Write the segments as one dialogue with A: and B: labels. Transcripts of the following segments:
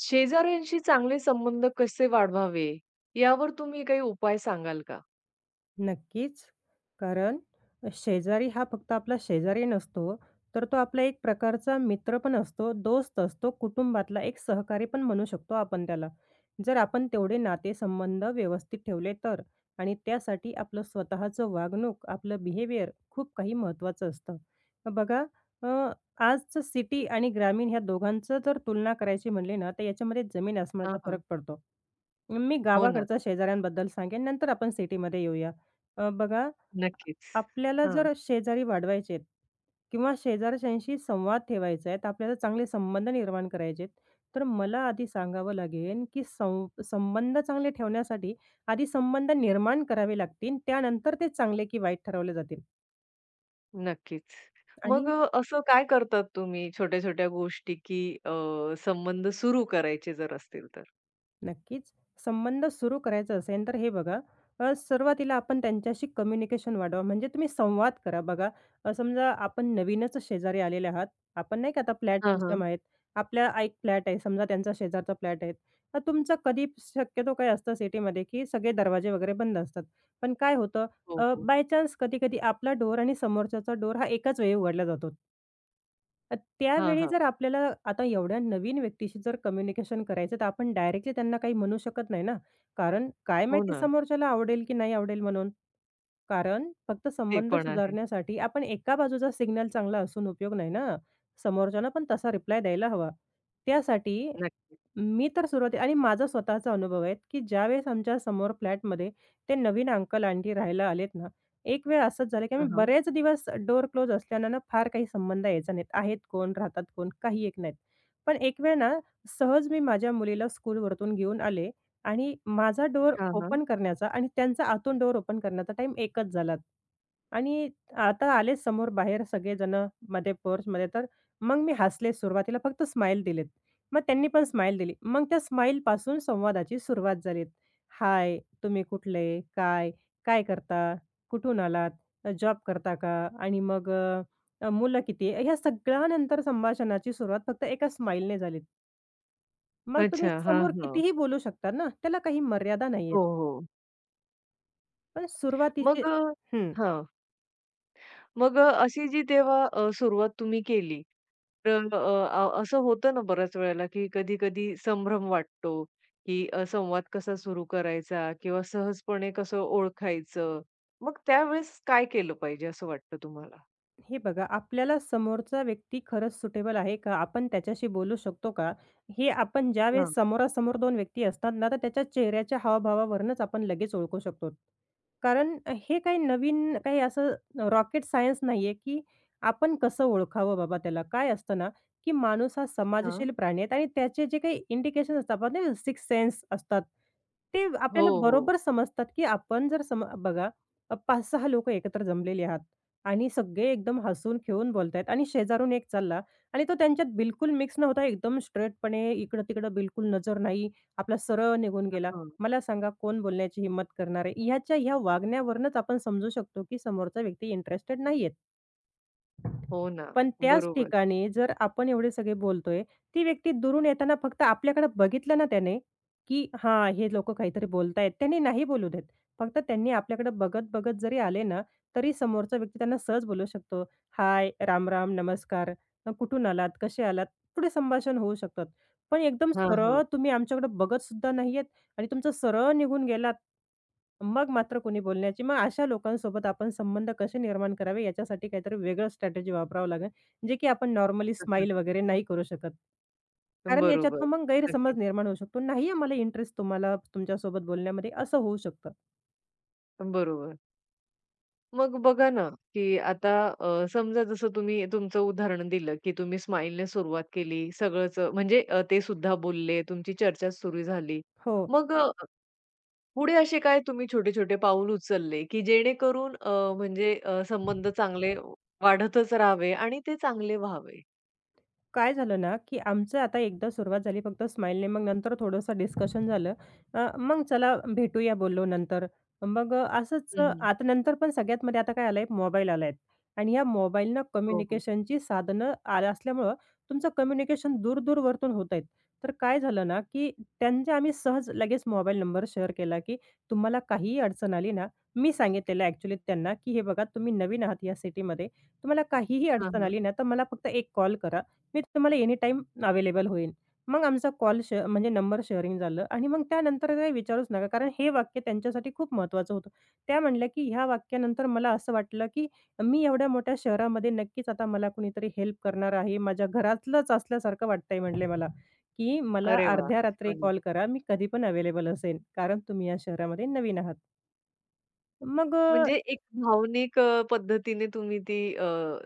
A: शेजाऱ्यांशी चांगले संबंध कसे वाढवावे, यावर तुम्ही काही उपाय सांगाल का?
B: नक्कीच. कारण शेजारी हा फक्त आपला शेजारी नसतो, तर तो आपला एक प्रकारचा मित्र पण असतो, दोस्त असतो, कुटुंबातला एक सहकारी पण म्हणू शकतो आपण त्याला. जर आपण तेवढे नातेसंबंध व्यवस्थित ठेवले तर आणि त्यासाठी आपलं स्वतःचं वागणूक, आपलं बिहेवियर खूप काही महत्त्वाचं असतं. बघा. अ, आजचं सिटी आणि ग्रामीण ह्या दोघांचं जर तुलना करायची म्हणली ना, तर याच्यामध्ये
A: हां,
B: जमीन-आसमानाचा फरक
A: हां.
B: पडतो. मी
A: हो ना.
B: गावाकडच्या शेजाऱ्यांबद्दल सांगेन, नंतर आपण सिटीमध्ये येऊया. बघा,
A: नक्कीच.
B: आपल्याला
A: हां.
B: जर शेजारी वाढवायचे आहेत किंवा शेजारच्यांशी संवाद ठेवायचा आहे, तर आपल्याला चांगले संबंध निर्माण करायचे आहेत. तर मला आधी सांगावं लागेल, की संबंध चांगले ठेवण्यासाठी आधी संबंध निर्माण करावे लागतील. त्यानंतर ते चांगले की वाईट ठरवले जातील.
A: नक्कीच. मग
B: आणि
A: असं काय करतात तुम्ही छोट्या-छोट्या गोष्टी, की संबंध सुरू करायचे जर असतील तर?
B: नक्कीच. संबंध सुरू करायचा असेल, तर हे बघा. सुरुवातीला आपण त्यांच्याशी कम्युनिकेशन वाढवा. म्हणजे तुम्ही संवाद करा. बघा. समजा आपण नवीनच शेजारी आलेले आहात. आपण नाही का आता फ्लॅट
A: हां, हां.
B: सिस्टम आहेत. आपल्या एक फ्लॅट आहे समजा त्यांचा शेजारचा फ्लॅट आहे. तर तुमचं कधी शक्यतो काय असतं सिटीमध्ये, की सगळे दरवाजे वगैरे बंद असतात. पण काय होतं,
A: हो, हो.
B: बाय चान्स कधी-कधी आपला डोर आणि समोरच्याचा डोर हा एकाच वेळी उघडला जातो. तर
A: हां,
B: त्यावेळी
A: हां.
B: जर आपल्याला आता एवढ्या नवीन व्यक्तीशी जर कम्युनिकेशन करायचं, तर आपण डायरेक्टली त्यांना काही म्हणू शकत नाही ना. कारण काय
A: हो
B: माहिती
A: ना.
B: समोरच्याला आवडेल की नाही आवडेल म्हणून. कारण फक्त
A: ते
B: संबंध
A: पण आहे.
B: सुधारण्यासाठी आपण एका बाजूचा सिग्नल चांगला असून उपयोग नाही ना. समोरच्याला पण तसा रिप्लाय द्यायला हवा. त्यासाठी
A: नक्कीच.
B: मी तर सुरुवाती आणि माझा स्वतःचा अनुभव आहे, की ज्यावेळेस आमच्या समोर फ्लॅटमध्ये ते नवीन अंकल-आंटी राहायला आलेत ना, एक वेळ असंच झालं, की
A: हां,
B: आम्ही
A: हां.
B: बरेच दिवस डोअर क्लोज असल्यानं ना फार काही संबंध यायचा नाहीत. आहेत कोण, राहतात कोण, काही एक नाहीत. पण एक वेळ ना सहज मी माझ्या मुलीला स्कूलवरतून घेऊन आले आणि माझा डोअर
A: हां, हां.
B: ओपन करण्याचा आणि त्यांचा आतून डोअर ओपन करण्याचा टाइम एकच झाला. आणि आता आले समोर बाहेर सगळेजणं मध्ये पोर्चमध्ये, तर मग मी हसले सुरुवातीला फक्त स्माईल दिलेत. मग त्यांनी पण स्माईल दिली. मग त्या स्माईलपासून संवादाची सुरुवात झाली. "हाय, तुम्ही कुठले? काय? काय करता? कुठून आलात? जॉब करता का? आणि मग मुलं किती?" ह्या सगळ्यानंतर संभाषणाची सुरुवात फक्त एका स्माईलने झाली. मग तुम्ही
A: अच्छा. हां,
B: समोर
A: हां.
B: कितीही बोलू शकता ना, त्याला काही मर्यादा नाहीयेत.
A: हो, हो.
B: पण सुरुवातीचे
A: मग अ,
B: हं.
A: हां. मग अशी जी तेव्हा सुरुवात तुम्ही केली तर अ, अ, असं होतं ना बऱ्याच वेळेला, की कधी-कधी संभ्रम वाटतो, की संवाद कसा सुरू करायचा किंवा सहजपणे कसं ओळखायचं? मग त्यावेळेस काय केलं पाहिजे असं वाटतं तुम्हाला?
B: हे बघा, आपल्याला समोरचा व्यक्ती खरंच सुटेबल आहे का? आपण त्याच्याशी बोलू शकतो का? हे आपण ज्यावेळेस
A: हां,
B: समोरासमोर 2 व्यक्ती असतात ना, तर त्याच्या चेहऱ्याच्या हावभावावरूनच आपण लगेच ओळखू शकतो. कारण हे काही नवीन काही असं रॉकेट सायन्स नाहीये, की आपण कसं ओळखावं बाबा त्याला. काय असतं ना, की माणूस हा
A: हां.
B: समाजशील प्राणी आहे आणि त्याचे जे काही इंडिकेशन असतात, आपण नाही सेन्स असतात, ते
A: हो,
B: आपल्याला
A: हो.
B: बरोबर समजतात, की आपण जर बघा, 5-6 लोकं एकत्र जमलेली आहात. आणि सगळे एकदम हसून-खेळून बोलतायत आणि शेजारून एक चालला आणि तो त्यांच्यात बिलकुल मिक्स नव्हता. एकदम स्ट्रेटपणे इकडं-तिकडं बिलकुल नजर नाही. आपला सरळ निघून गेला.
A: हां.
B: मला सांगा कोण बोलण्याची हिंमत करणार आहे? ह्याच्या ह्या वागण्यावरूनच आपण समजू शकतो, की समोरचा व्यक्ती इंटरेस्टेड नाहीयेत.
A: हो ना.
B: पण त्याच
A: बरोबर.
B: ठिकाणी जर आपण एवढे सगळे बोलतोय, ती व्यक्ती दुरून येताना फक्त आपल्याकडे बघितलं ना त्याने, की हां, हे लोकं काहीतरी बोलतायत. त्यांनी नाही बोलू देत. फक्त त्यांनी आपल्याकडे बघत-बघत जरी आले ना, तरी समोरचा व्यक्ती त्यांना सहज बोलू शकतो. हाय, राम-राम, नमस्कार, कुठून आलात, कसे आलात? पुढे संभाषण होऊ शकतात. पण एकदम
A: हां,
B: सरळ
A: हां.
B: तुम्ही आमच्याकडे बघत सुद्धा नाहीयेत आणि तुमचं सरळ निघून गेलात, मग मात्र कोणी बोलण्याची मग अशा लोकांसोबत आपण संबंध कसे निर्माण करावे याच्यासाठी काहीतरी वेगळं स्ट्रॅटेजी वापरावं लागेल, जे की आपण नॉर्मली स्माईल वगैरे नाही करू शकत. कारण याच्यात
A: बरोबर.
B: मग गैरसमज
A: नक्कीच.
B: निर्माण होऊ शकतो. "नाही आहे इंटरेस्ट तुम्हाला तुमच्यासोबत बोलण्यामध्ये," असं होऊ शकतं.
A: बरोबर. मग बघा ना, की आता समजा जसं तुम्ही तुमचं उदाहरण दिलं, की तुम्ही स्माईलने सुरुवात केली. सगळंच म्हणजे ते सुद्धा बोलले, तुमची चर्चा सुरू झाली.
B: हो.
A: मग हां. पुढे असे काय तुम्ही छोटे-छोटे पाऊल उचलले, की जेणेकरून म्हणजे संबंध चांगले वाढतच राहावे आणि ते चांगले व्हावे?
B: काय झालं ना, की आमचं आता एकदा सुरुवात झाली फक्त स्माईलने, मग नंतर थोडंसं डिस्कशन झालं. मग चला भेटूया बोललो नंतर. मग असंच
A: हं,
B: आता नंतर पण सगळ्यात मध्ये आता काय आलंय मोबाईल आलाय आणि ह्या मोबाईलनं
A: हो, हो.
B: कम्युनिकेशनची साधनं आलं असल्यामुळं तुमचं कम्युनिकेशन दूर-दूरवरतून होत आहेत. तर काय झालं ना, की त्यांचे आम्ही सहज लगेच मोबाईल नंबर शेअर केला, की तुम्हाला काहीही अडचण आली ना, मी सांगितलेलं ॲक्चुअली त्यांना, की हे बघा तुम्ही नवीन आहात या सिटीमध्ये. तुम्हाला काहीही
A: हां,
B: अडचण
A: हां.
B: आली ना, तर मला फक्त एक कॉल करा. मी तुम्हाला एनी टाईम अवेलेबल होईन. मग आमचा कॉल श म्हणजे नंबर शेअरिंग झालं आणि मग त्यानंतर काही विचारूच नका. कारण हे वाक्य त्यांच्यासाठी खूप महत्त्वाचं होतं. त्या म्हटल्या, की ह्या वाक्यानंतर मला असं वाटलं, की मी एवढ्या मोठ्या शहरामध्ये नक्कीच आता मला कुणीतरी हेल्प करणार आहे. माझ्या घरातलंच असल्यासारखं वाटतंय म्हटले मला, की मला
A: अरे वाह!
B: अर्ध्या रात्री कॉल करा. मी कधी पण अवेलेबल असेन. कारण तुम्ही या शहरामध्ये नवीन आहात. मग
A: म्हणजे एक भावनिक पद्धतीने तुम्ही ती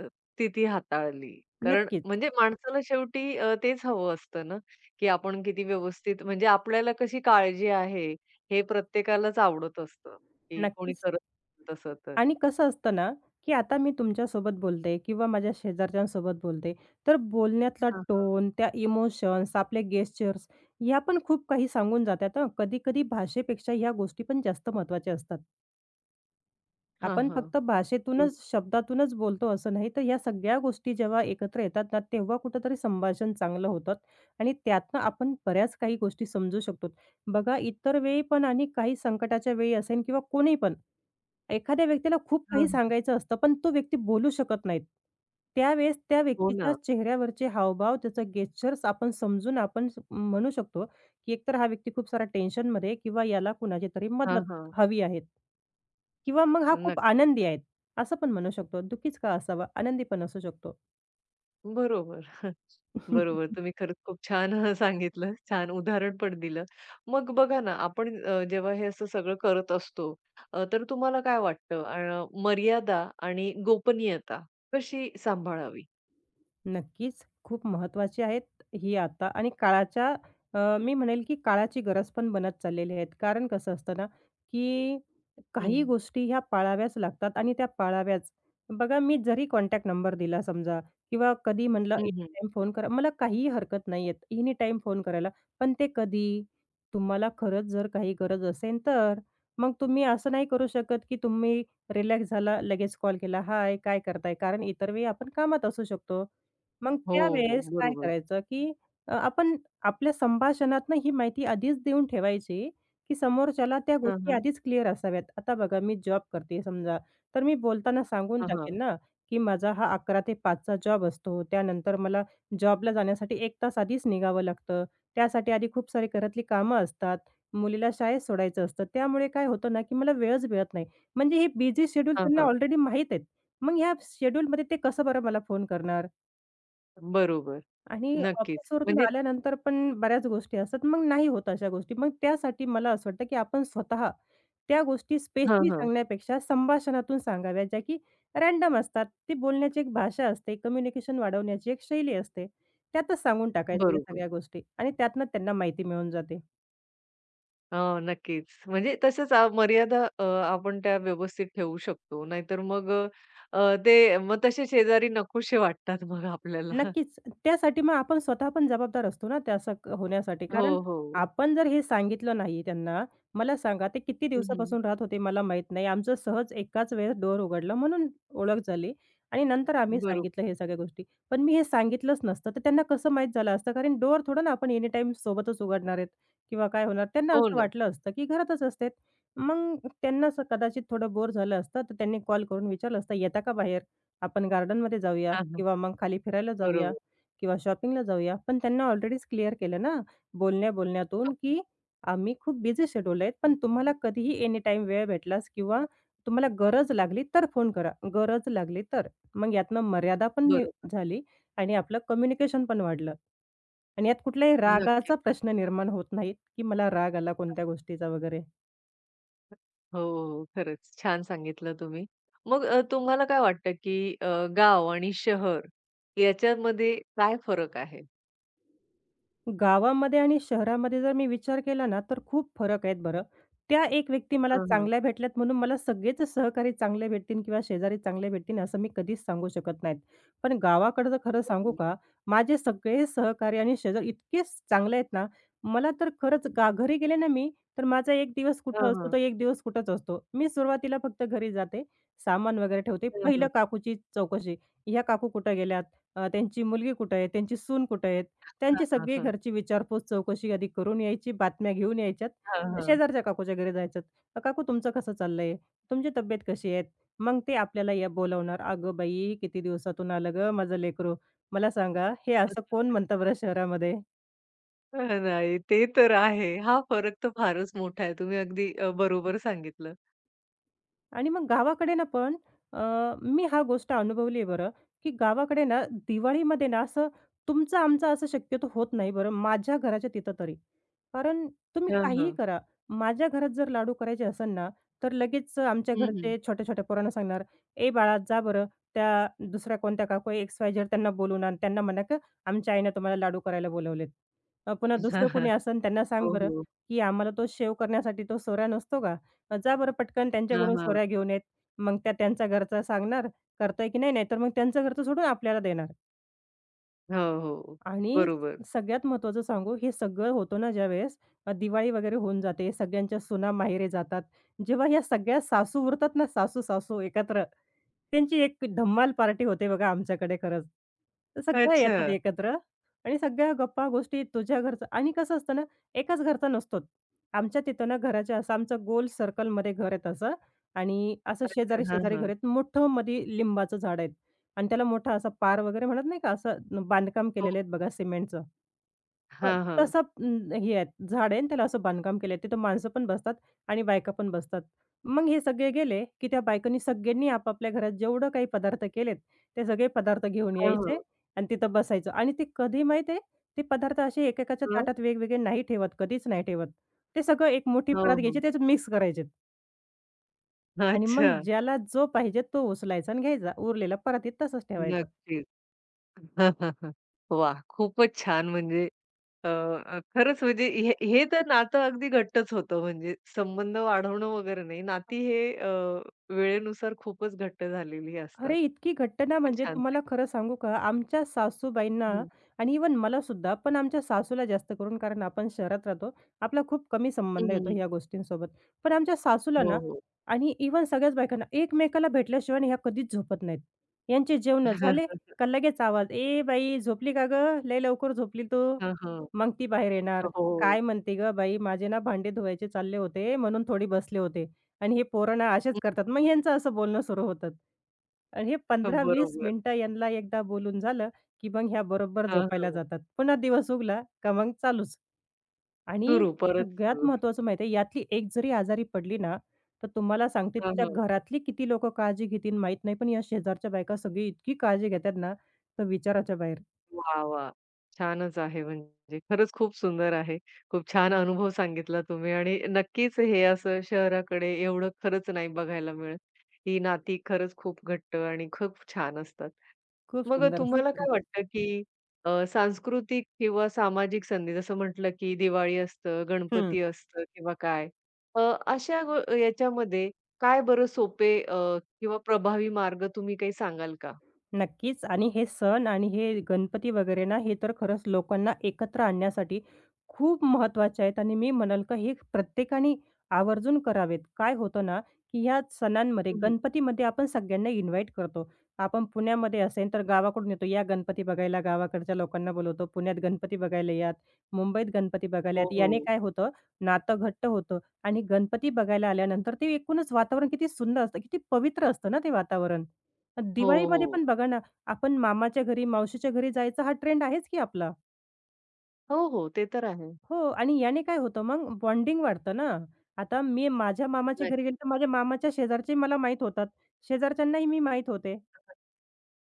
A: स्थिती हाताळली. कारण
B: नक्कीच,
A: म्हणजे माणसाला शेवटी तेच हवं असतं ना, की आपण किती व्यवस्थित म्हणजे आपल्याला कशी काळजी आहे, हे प्रत्येकालाच आवडत असतं, की कोणी
B: नक्कीच.
A: करत नाही तसं तर.
B: आणि कसं असतं ना, की आता मी तुमच्यासोबत बोलते किंवा माझ्या शेजारच्यांसोबत बोलते, तर बोलण्यातला
A: हां, हां.
B: टोन, त्या इमोशन्स, आपले गेस्चर्स ह्या पण खूप काही सांगून जातात हं. कधी-कधी भाषेपेक्षा ह्या गोष्टी पण जास्त महत्त्वाच्या असतात.
A: हां,
B: आपण
A: हां.
B: फक्त
A: हं.
B: भाषेतूनच, शब्दातूनच बोलतो असं नाही, तर ह्या सगळ्या गोष्टी जेव्हा एकत्र येतात ना, तेव्हा कुठेतरी संभाषण चांगलं होतं आणि त्यातनं आपण बऱ्याच काही गोष्टी समजू शकतो. बघा, इतर वेळी पण आणि काही संकटाच्या वेळी असेल किंवा कोणीपण एखाद्या व्यक्तीला खूप
A: हां,
B: काही
A: हां.
B: सांगायचं असतं, पण तो व्यक्ती बोलू शकत नाहीत. त्यावेळेस त्या
A: हो
B: व्यक्तीच्या
A: ना.
B: चेहऱ्यावरचे हावभाव, त्याचा गेस्चर्स आपण समजून आपण म्हणू शकतो, की एकतर हा व्यक्ती खूप सारा टेन्शनमध्ये आहे किंवा याला कुणाची तरी
A: हां,
B: मदत
A: हां.
B: हवी आहे. किंवा मग हा खूप
A: नक्की.
B: आनंदी आहे. असं पण म्हणू शकतो. दुःखीच का असावा? आनंदी पण असू शकतो.
A: बरोबर. बरोबर. तुम्ही खरंच खूप छान सांगितलं. छान उदाहरण पण दिलं. मग बघा ना, आपण जेव्हा हे असं सगळं करत असतो, तर तुम्हाला काय वाटतं मर्यादा आणि गोपनीयता कशी सांभाळावी?
B: नक्कीच. खूप महत्त्वाची आहेत ही आता आणि काळाच्या मी म्हणेल की काळाची गरज पण बनत चाललेली आहेत. कारण कसं असतं ना, की
A: हं.
B: काही गोष्टी ह्या पाळाव्याच लागतात आणि त्या पाळाव्याच. बघा मी जरी कॉन्टॅक्ट नंबर दिला समजा किंवा कधी म्हणलं
A: हं,
B: एनी
A: हं.
B: टाईम फोन करा. मला काहीही हरकत नाहीये एनी टाईम फोन करायला. पण ते कधी? तुम्हाला खरंच जर काही गरज असेल तर. मग तुम्ही असं नाही करू शकत की तुम्ही रिलॅक्स झाला, लगेच कॉल केला, "हाय, काय करताय?" कारण इतर वेळी आपण कामात असू शकतो. मग
A: हो, हो.
B: त्यावेळेस काय
A: बरोबर.
B: करायचं, की आपण आपल्या संभाषणातनं ही माहिती आधीच देऊन ठेवायची, की समोरच्याला त्या
A: हां,
B: गोष्टी
A: हां.
B: आधीच क्लिअर असाव्यात. आता बघा मी जॉब करते समजा, तर मी बोलताना सांगून
A: हां, हां.
B: टाकेन ना, की माझा हा 11 ते 5 चा जॉब असतो. त्यानंतर मला जॉबला जाण्यासाठी 1 तास आधीच निघावं लागतं. त्यासाठी आधी खूप सारी घरातली कामं असतात. मुलीला शाळेत सोडायचं असतं. त्यामुळे काय होतं ना, की मला वेळच मिळत नाही. म्हणजे हे बिझी शेड्यूल
A: हां,
B: त्यांना
A: हां.
B: ऑलरेडी माहीत आहेत. मग ह्या शेड्यूलमध्ये ते कसं बरं मला फोन करणार?
A: बरोबर.
B: आणि
A: नक्कीच.
B: ऑफिसवरून
A: म्हणजे
B: आल्यानंतर पण बऱ्याच गोष्टी असतात. मग नाही होत अशा गोष्टी. मग त्यासाठी मला असं वाटतं, की आपण स्वतः त्या गोष्टी
A: हां,
B: स्पेशली
A: हां.
B: सांगण्यापेक्षा संभाषणातून सांगाव्या, ज्या की रँडम असतात. ती बोलण्याची एक भाषा असते, कम्युनिकेशन वाढवण्याची एक शैली असते. त्यातच सांगून टाकायची या
A: बरोबर.
B: सगळ्या गोष्टी आणि त्यातनं त्यांना माहिती मिळून जाते.
A: हो, नक्कीच. म्हणजे तसंच मर्यादा आपण त्या व्यवस्थित ठेवू शकतो. नाहीतर मग अ, अ, ते मग तसे शेजारी नकोसे वाटतात मग आपल्याला.
B: नक्कीच. त्यासाठी मग आपण स्वतः पण जबाबदार असतो ना, त्या असं होण्यासाठी.
A: हो,
B: कारण
A: हो.
B: आपण जर हे सांगितलं नाही त्यांना, मला सांगा ते किती
A: हं, हं.
B: दिवसापासून राहत होते मला माहीत नाही. आमचं सहज एकाच वेळेस डोअर उघडलं म्हणून ओळख झाली आणि नंतर आम्ही
A: बरोबर.
B: सांगितलं हे सगळ्या गोष्टी. पण मी हे सांगितलंच नसतं, तर त्यांना कसं माहीत झालं असतं? कारण डोअर थोडं ना आपण एनी टाईम सोबतच उघडणार आहेत किंवा काय होणार. त्यांना
A: हो
B: असं
A: ना.
B: वाटलं असतं, की घरातच असते. मग त्यांना असं कदाचित थोडं बोर झालं असतं, तर त्यांनी कॉल करून विचारलं असतं, "येता का बाहेर?" आपण गार्डनमध्ये जाऊया
A: हां, हां.
B: किंवा मग खाली फिरायला जाऊया
A: बरोबर.
B: किंवा शॉपिंगला जाऊया. पण त्यांना ऑलरेडीच क्लिअर केलं ना, बोलण्या-बोलण्यातून,
A: हो,
B: की आम्ही खूप बिझी शेड्यूल आहेत, पण तुम्हाला कधीही एनी टाईम वेळ भेटलास किंवा तुम्हाला गरज लागली तर फोन करा. गरज लागली तर. मग यातनं मर्यादा पण
A: बरोबर.
B: झाली आणि आपलं कम्युनिकेशन पण वाढलं. आणि यात कुठलाही रागाचा
A: नक्कीच.
B: प्रश्न निर्माण होत नाहीत, की मला राग आला कोणत्या गोष्टीचा वगैरे.
A: हो, हो. खरंच छान सांगितलं तुम्ही. मग तुम्हाला काय वाटतं की गाव आणि शहर याच्यामध्ये काय फरक आहे?
B: गावामध्ये आणि शहरामध्ये जर मी विचार केला ना, तर खूप फरक आहेत बरं. त्या एक व्यक्ती मला
A: हां, हां.
B: चांगल्या भेटल्यात म्हणून मला सगळेच सहकारी चांगले भेटतील किंवा शेजारी चांगले भेटतील असं मी कधीच सांगू शकत नाहीत. पण गावाकडचं खरं सांगू का, माझे सगळे सहकारी आणि शेजारी इतके चांगले आहेत ना, मला तर खरंच घरी गेले ना मी, तर माझा एक दिवस
A: हां,
B: कुठं असतो,
A: हां.
B: तर एक दिवस कुठंच असतो. मी सुरुवातीला फक्त घरी जाते, सामान वगैरे ठेवते.
A: हां,
B: पहिलं
A: हां.
B: काकूची चौकशी, ह्या काकू कुठं गेल्यात? त्यांची मुलगी कुठे आहे? त्यांची सून कुठे आहे? त्यांची
A: हां,
B: सगळी
A: हां.
B: घरची विचारपूस, चौकशी आधी करून यायची, बातम्या घेऊन यायच्यात.
A: हां, हां.
B: शेजारच्या काकूच्या घरी जायच्यात. काकू तुमचं कसं चाललंय? तुमची तब्येत कशी आहे?" मग ते आपल्याला या बोलावणार. "अगं बाई, किती दिवसातून आलं गं माझं लेकरू. मला सांगा, हे असं कोण म्हणतं बरं शहरामध्ये?"
A: अ, नाही, ते तर आहे. हा फरक तर फारच मोठा आहे. तुम्ही अगदी बरोबर सांगितलं.
B: आणि मग गावाकडे ना पण अ, मी हा गोष्ट अनुभवली आहे बरं, की गावाकडे ना दिवाळीमध्ये ना असं तुमचं आमचं असं शक्यतो होत नाही बरं, माझ्या घराच्या तिथं तरी. कारण तुम्ही
A: हां,
B: काहीही
A: हां.
B: करा, माझ्या घरात जर लाडू करायचे असेल ना, तर लगेच आमच्या
A: हं, हं.
B: घरचे छोट्या-छोट्या पोरांना सांगणार, "ए बाळा, जा बरं त्या दुसऱ्या कोणत्या काकू एक्स-वाय-झेड त्यांना बोलवून आण. त्यांना म्हणा का आमच्या आईनं तुम्हाला लाडू करायला बोलावलेत." पुन्हा
A: हां,
B: दुसरं
A: हां.
B: कोणी असेल त्यांना सांग
A: हो,
B: बरं,
A: हो.
B: की "आम्हाला तो शेव करण्यासाठी तो सोऱ्या नसतो का? जा बरं पटकन
A: हां,
B: त्यांच्याकडून
A: हां.
B: सोऱ्या घेऊन येत. मग त्या त्यांच्या घरचा सांगणार, करताय की नाही, नाहीतर मग त्यांचं घरचं सोडून आपल्याला देणार.
A: हो, हो.
B: आणि
A: बरोबर.
B: सगळ्यात महत्त्वाचं सांगू, हे सगळं होतं ना ज्यावेळेस दिवाळी वगैरे होऊन जाते, सगळ्यांच्या सुना माहेरी जातात. जेव्हा ह्या सगळ्या सासू उरतात ना, सासू-सासू एकत्र, त्यांची एक धम्माल पार्टी होते बघा आमच्याकडे खरंच. तर सगळ्या येतात
A: अच्छा.
B: एकत्र आणि सगळ्या गप्पा-गोष्टी तुझ्या घरचं आणि कसं असतं ना, एकाच घरचा नसतो. आमच्या तिथं ना घराच्या असं आमचं गोल सर्कलमध्ये घर आहे तसं आणि असं
A: हां,
B: शेजारी-शेजारी घर
A: हां.
B: आहेत. मोठं मध्ये लिंबाचं झाड आहे. आणि त्याला मोठा असा पार वगैरे म्हणत नाही का, असं बांधकाम
A: हो.
B: केलेलं आहेत बघा सिमेंटचं. अ,
A: हां, हां.
B: तसं हे आहे झाड आहे आणि त्याला असं बांधकाम केलंय. तिथं माणसं पण बसतात आणि बायका पण बसतात. मग हे सगळे गेले, की त्या बायकांनी सगळ्यांनी आपापल्या घरात जेवढं काही पदार्थ केलेत, ते सगळे पदार्थ घेऊन
A: हां,
B: यायचे
A: हां.
B: आणि तिथं बसायचं. आणि ते कधी माहीत आहे, ते पदार्थ असे एकेकाच्या
A: हं.
B: ताटात वेगवेगळे नाही ठेवत, कधीच नाही ठेवत. ते सगळं एक मोठी
A: हो,
B: परात
A: हो.
B: घ्यायची, त्याच्यात मिक्स करायचे आणि
A: अच्छा.
B: मग ज्याला जो पाहिजे तो उचलायचा आणि घ्यायचा. उरलेला परातीत तसंच ठेवायचं.
A: नक्कीच. वाह! खूपच छान म्हणजे अ, अ, खरंच म्हणजे हे हे तर नातं अगदी घट्टच होतं म्हणजे संबंध वाढवणं वगैरे नाही. नाती हे वेळेनुसार खूपच घट्ट झालेली असतात.
B: अरे, इतकी घटना
A: खूपच
B: म्हणजे
A: छान
B: तुम्हाला
A: सांगितलं.
B: खरं सांगू का, आमच्या सासूबाईंना
A: हं.
B: आणि इवन मला सुद्धा पण आमच्या सासूला जास्त करून, कारण आपण शहरात राहतो, आपला खूप कमी संबंध
A: हं,
B: येतो
A: हं.
B: ह्या गोष्टींसोबत. पण आमच्या सासूला ना
A: हो, हो.
B: आणि इवन सगळ्याच बायकांना एकमेकाला भेटल्याशिवाय ना ह्या कधीच झोपत नाहीत. यांचे जेवणं झाले का लगेच आवाज, "ए बाई, झोपली का गं? लय लवकर झोपली तू."
A: हां, हां.
B: मग ती बाहेर येणार,
A: हो.
B: "काय म्हणते गं बाई, माझे ना भांडे धुवायचे चालले होते, म्हणून थोडी बसले होते." आणि हे पोरं ना असेच
A: हं,
B: करतात. मग ह्यांचं असं बोलणं सुरू होतं. आणि हे 15-20
A: बरोबर.
B: मिनिटं यांना एकदा बोलून झालं, की मग ह्या बरोबर
A: हां,
B: झोपायला
A: हां.
B: जातात. पुन्हा दिवस उगला का मग चालूच. आणि
A: सुरू परत
B: सगळ्यात
A: सुरू.
B: महत्त्वाचं माहिती आहे यातली एक जरी आजारी पडली ना, तर तुम्हाला सांगते
A: हां,
B: तिच्या
A: हां.
B: घरातली किती लोकं काळजी घेतील माहीत नाही. पण या शेजारच्या बायका सगळी इतकी काळजी घेतात ना, तर विचाराच्या बाहेर.
A: वाह, वाह! छानच आहे म्हणजे. खरंच खूप सुंदर आहे. खूप छान अनुभव सांगितला तुम्ही आणि नक्कीच हे असं शहराकडे एवढं खरंच नाही बघायला मिळत. ही नाती खरंच खूप घट्ट आणि खूप छान असतात.
B: खूप
A: मग
B: सुंदर
A: तुम्हाला
B: असतं.
A: काय वाटतं, की सांस्कृतिक किंवा सामाजिक संधी जसं म्हटलं, की दिवाळी असतं, गणपती असतं किंवा काय अ, अशा गो याच्यामध्ये काय बरं सोपे किंवा प्रभावी मार्ग तुम्ही काही सांगाल का?
B: नक्कीच आणि हे सण आणि हे गणपती वगैरे ना, हे तर खरंच लोकांना एकत्र आणण्यासाठी खूप महत्त्वाचे आहेत आणि मी म्हणेल का हे प्रत्येकाने आवर्जून करावेत. काय होतं ना, की ह्या सणांमध्ये
A: हं,
B: गणपतीमध्ये आपण सगळ्यांना इन्व्हाईट करतो. आपण पुण्यामध्ये असेल तर गावाकडून येतो, "या गणपती बघायला." गावाकडच्या लोकांना बोलवतो. "पुण्यात गणपती बघायला यात." मुंबईत गणपती बघायला
A: हो,
B: यात. याने
A: हो.
B: काय होतं, नातं घट्ट होतं आणि गणपती बघायला आल्यानंतर ते एकूणच वातावरण किती सुंदर असतं, किती पवित्र असतं ना ते वातावरण.
A: हो,
B: दिवाळीमध्ये
A: हो.
B: पण बघा ना, आपण मामाच्या घरी, मावशीच्या घरी जायचा हा ट्रेंड आहेच की आपला.
A: हो, हो. ते तर आहे.
B: हो आणि याने काय होतं मग बॉन्डिंग वाढतं ना. आता मी माझ्या मामाच्या घरी गेले,
A: नक्कीच.
B: तर माझ्या मामाच्या शेजारचे मला माहीत होतात. शेजारच्यांनाही मी माहीत होते.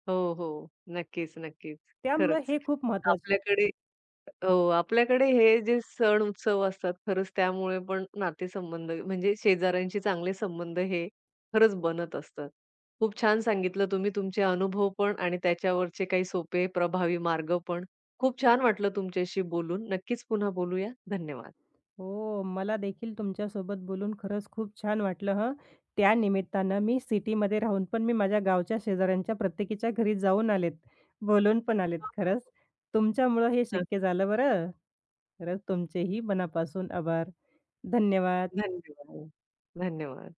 A: हो, हो. नक्कीच, नक्कीच.
B: त्यामुळं
A: खरंच.
B: हे खूप महत्त्वाचं.
A: आपल्याकडे हो, आपल्याकडे हे जे सण उत्सव असतात खरंच त्यामुळे पण नातेसंबंध म्हणजे शेजाऱ्यांशी चांगले संबंध हे खरंच बनत असतात. खूप छान सांगितलं तुम्ही तुमचे अनुभव पण आणि त्याच्यावरचे काही सोपे प्रभावी मार्ग पण. खूप छान वाटलं तुमच्याशी बोलून. नक्कीच पुन्हा बोलूया. धन्यवाद.
B: हो, मला देखील तुमच्यासोबत बोलून खरंच खूप छान वाटलं हं. त्या निमित्तानं मी सिटीमध्ये राहून पण मी माझ्या गावच्या शेजाऱ्यांच्या प्रत्येकीच्या घरी जाऊन आलेत, बोलून पण आलेत.
A: हो, हो,
B: खरंच
A: हो.
B: तुमच्यामुळं हे शक्य झालं बरं. खरंच तुमचेही मनापासून आभार. धन्यवाद.
A: धन्यवाद. धन्यवाद.